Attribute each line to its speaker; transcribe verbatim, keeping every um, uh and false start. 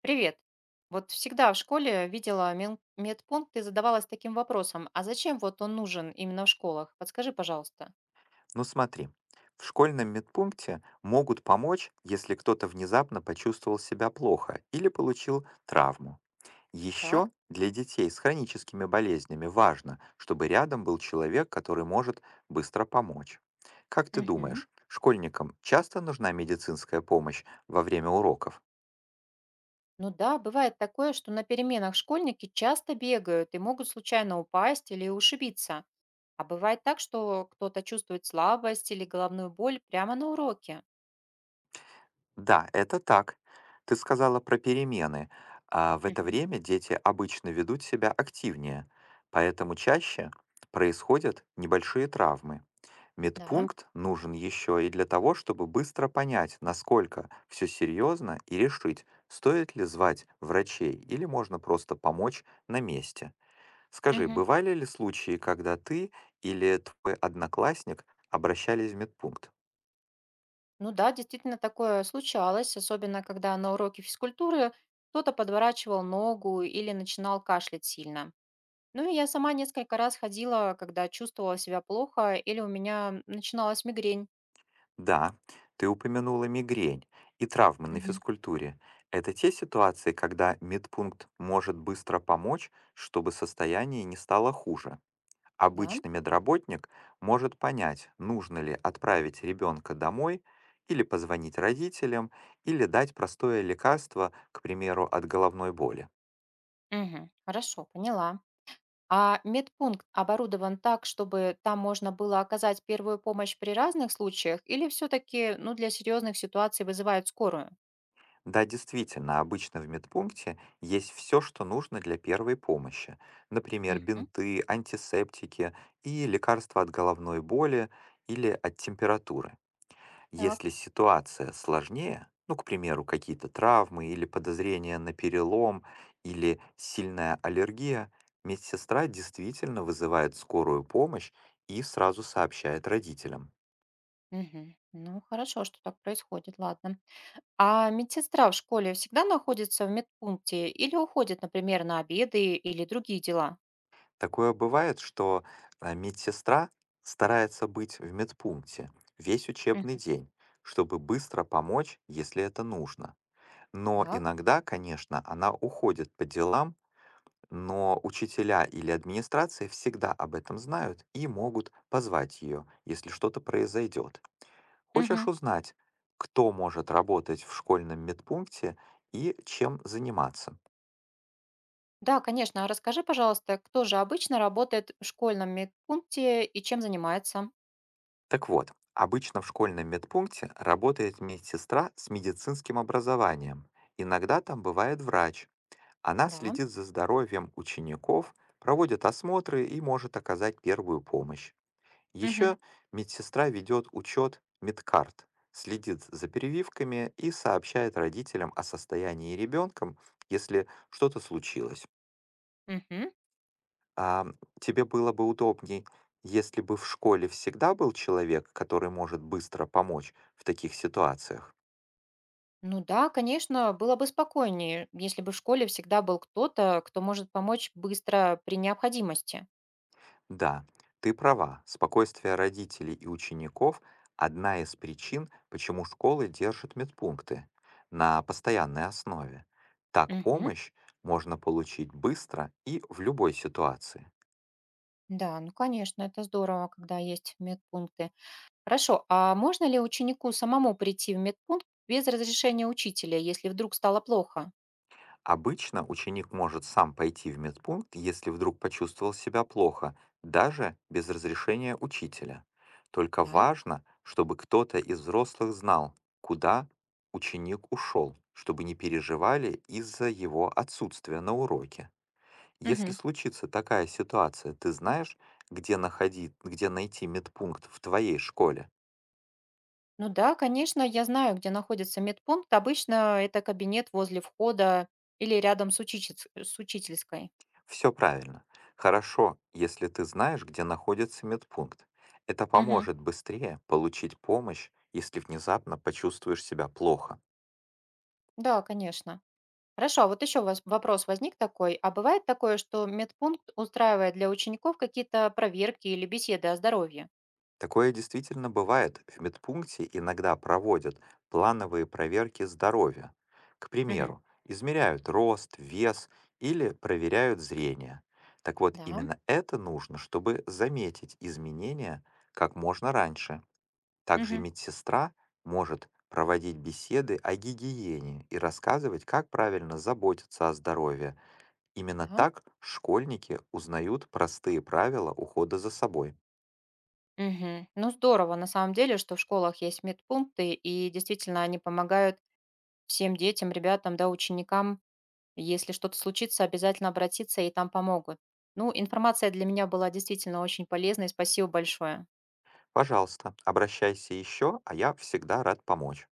Speaker 1: Привет. Вот всегда в школе видела мен- медпункт и задавалась таким вопросом, а зачем вот он нужен именно в школах? Подскажи, пожалуйста.
Speaker 2: Ну смотри, в школьном медпункте могут помочь, если кто-то внезапно почувствовал себя плохо или получил травму.
Speaker 1: Так.
Speaker 2: Еще для детей с хроническими болезнями важно, чтобы рядом был человек, который может быстро помочь. Как ты
Speaker 1: Мгм.
Speaker 2: думаешь, школьникам часто нужна медицинская помощь во время уроков?
Speaker 1: Ну да, бывает такое, что на переменах школьники часто бегают и могут случайно упасть или ушибиться. А бывает так, что кто-то чувствует слабость или головную боль прямо на уроке.
Speaker 2: Да, это так. Ты сказала про перемены. А в это
Speaker 1: Мгм.
Speaker 2: время дети обычно ведут себя активнее, поэтому чаще происходят небольшие травмы.
Speaker 1: Да.
Speaker 2: Медпункт нужен еще и для того, чтобы быстро понять, насколько все серьезно, и решить, стоит ли звать врачей или можно просто помочь на месте. Скажи,
Speaker 1: Мгм.
Speaker 2: бывали ли случаи, когда ты или твой одноклассник обращались в медпункт?
Speaker 1: Ну да, действительно такое случалось, особенно когда на уроке физкультуры кто-то подворачивал ногу или начинал кашлять сильно. Ну, и я сама несколько раз ходила, когда чувствовала себя плохо или у меня начиналась мигрень.
Speaker 2: Да, ты упомянула мигрень и травмы на
Speaker 1: Мгм.
Speaker 2: физкультуре. Это те ситуации, когда медпункт может быстро помочь, чтобы состояние не стало хуже.
Speaker 1: Да?
Speaker 2: Обычный медработник может понять, нужно ли отправить ребенка домой, или позвонить родителям, или дать простое лекарство, к примеру, от головной боли.
Speaker 1: Мгм. Хорошо, поняла. А медпункт оборудован так, чтобы там можно было оказать первую помощь при разных случаях или все-таки, ну, для серьезных ситуаций вызывают скорую?
Speaker 2: Да, действительно, обычно в медпункте есть все, что нужно для первой помощи. Например,
Speaker 1: Мгм.
Speaker 2: бинты, антисептики и лекарства от головной боли или от температуры.
Speaker 1: Так.
Speaker 2: Если ситуация сложнее, ну, к примеру, какие-то травмы или подозрения на перелом или сильная аллергия, медсестра действительно вызывает скорую помощь и сразу сообщает родителям.
Speaker 1: Мгм. Ну, хорошо, что так происходит, ладно. А медсестра в школе всегда находится в медпункте или уходит, например, на обеды или другие дела?
Speaker 2: Такое бывает, что а, медсестра старается быть в медпункте весь учебный
Speaker 1: Мгм.
Speaker 2: день, чтобы быстро помочь, если это нужно. Но
Speaker 1: Так.
Speaker 2: иногда, конечно, она уходит по делам, но учителя или администрация всегда об этом знают и могут позвать ее, если что-то произойдет. Хочешь
Speaker 1: Мгм.
Speaker 2: узнать, кто может работать в школьном медпункте и чем заниматься?
Speaker 1: Да, конечно. А расскажи, пожалуйста, кто же обычно работает в школьном медпункте и чем занимается?
Speaker 2: Так вот, обычно в школьном медпункте работает медсестра с медицинским образованием. Иногда там бывает врач. Она
Speaker 1: Да.
Speaker 2: следит за здоровьем учеников, проводит осмотры и может оказать первую помощь.
Speaker 1: Мгм.
Speaker 2: Еще медсестра ведет учет медкарт, следит за перевивками и сообщает родителям о состоянии ребенка, если что-то случилось.
Speaker 1: Мгм.
Speaker 2: А тебе было бы удобней, если бы в школе всегда был человек, который может быстро помочь в таких ситуациях?
Speaker 1: Ну да, конечно, было бы спокойнее, если бы в школе всегда был кто-то, кто может помочь быстро при необходимости.
Speaker 2: Да, ты права, спокойствие родителей и учеников — одна из причин, почему школы держат медпункты на постоянной основе. Так
Speaker 1: Мгм.
Speaker 2: помощь можно получить быстро и в любой ситуации.
Speaker 1: Да, ну конечно, это здорово, когда есть медпункты. Хорошо, а можно ли ученику самому прийти в медпункт без разрешения учителя, если вдруг стало плохо?
Speaker 2: Обычно ученик может сам пойти в медпункт, если вдруг почувствовал себя плохо, даже без разрешения учителя. Только
Speaker 1: Так.
Speaker 2: важно, чтобы кто-то из взрослых знал, куда ученик ушел, чтобы не переживали из-за его отсутствия на уроке. Если
Speaker 1: Мгм.
Speaker 2: случится такая ситуация, ты знаешь, где, находи- где найти медпункт в твоей школе?
Speaker 1: Ну да, конечно, я знаю, где находится медпункт. Обычно это кабинет возле входа или рядом с, учичец- с учительской.
Speaker 2: Все правильно. Хорошо, если ты знаешь, где находится медпункт. Это
Speaker 1: Мгм.
Speaker 2: поможет быстрее получить помощь, если внезапно почувствуешь себя плохо.
Speaker 1: Да, конечно. Хорошо, а вот еще вопрос возник такой. А бывает такое, что медпункт устраивает для учеников какие-то проверки или беседы о здоровье?
Speaker 2: Такое действительно бывает. В медпункте иногда проводят плановые проверки здоровья. К
Speaker 1: Мгм.
Speaker 2: примеру, измеряют рост, вес или проверяют зрение. Так вот,
Speaker 1: Да.
Speaker 2: именно это нужно, чтобы заметить изменения как можно раньше. Также
Speaker 1: Мгм.
Speaker 2: медсестра может проводить беседы о гигиене и рассказывать, как правильно заботиться о здоровье. Именно
Speaker 1: Да.
Speaker 2: так школьники узнают простые правила ухода за собой.
Speaker 1: Мгм. Ну здорово, на самом деле, что в школах есть медпункты, и действительно они помогают всем детям, ребятам, да, ученикам. Если что-то случится, обязательно обратиться, и там помогут. Ну, информация для меня была действительно очень полезной. Спасибо большое.
Speaker 2: Пожалуйста, обращайся еще, а я всегда рад помочь.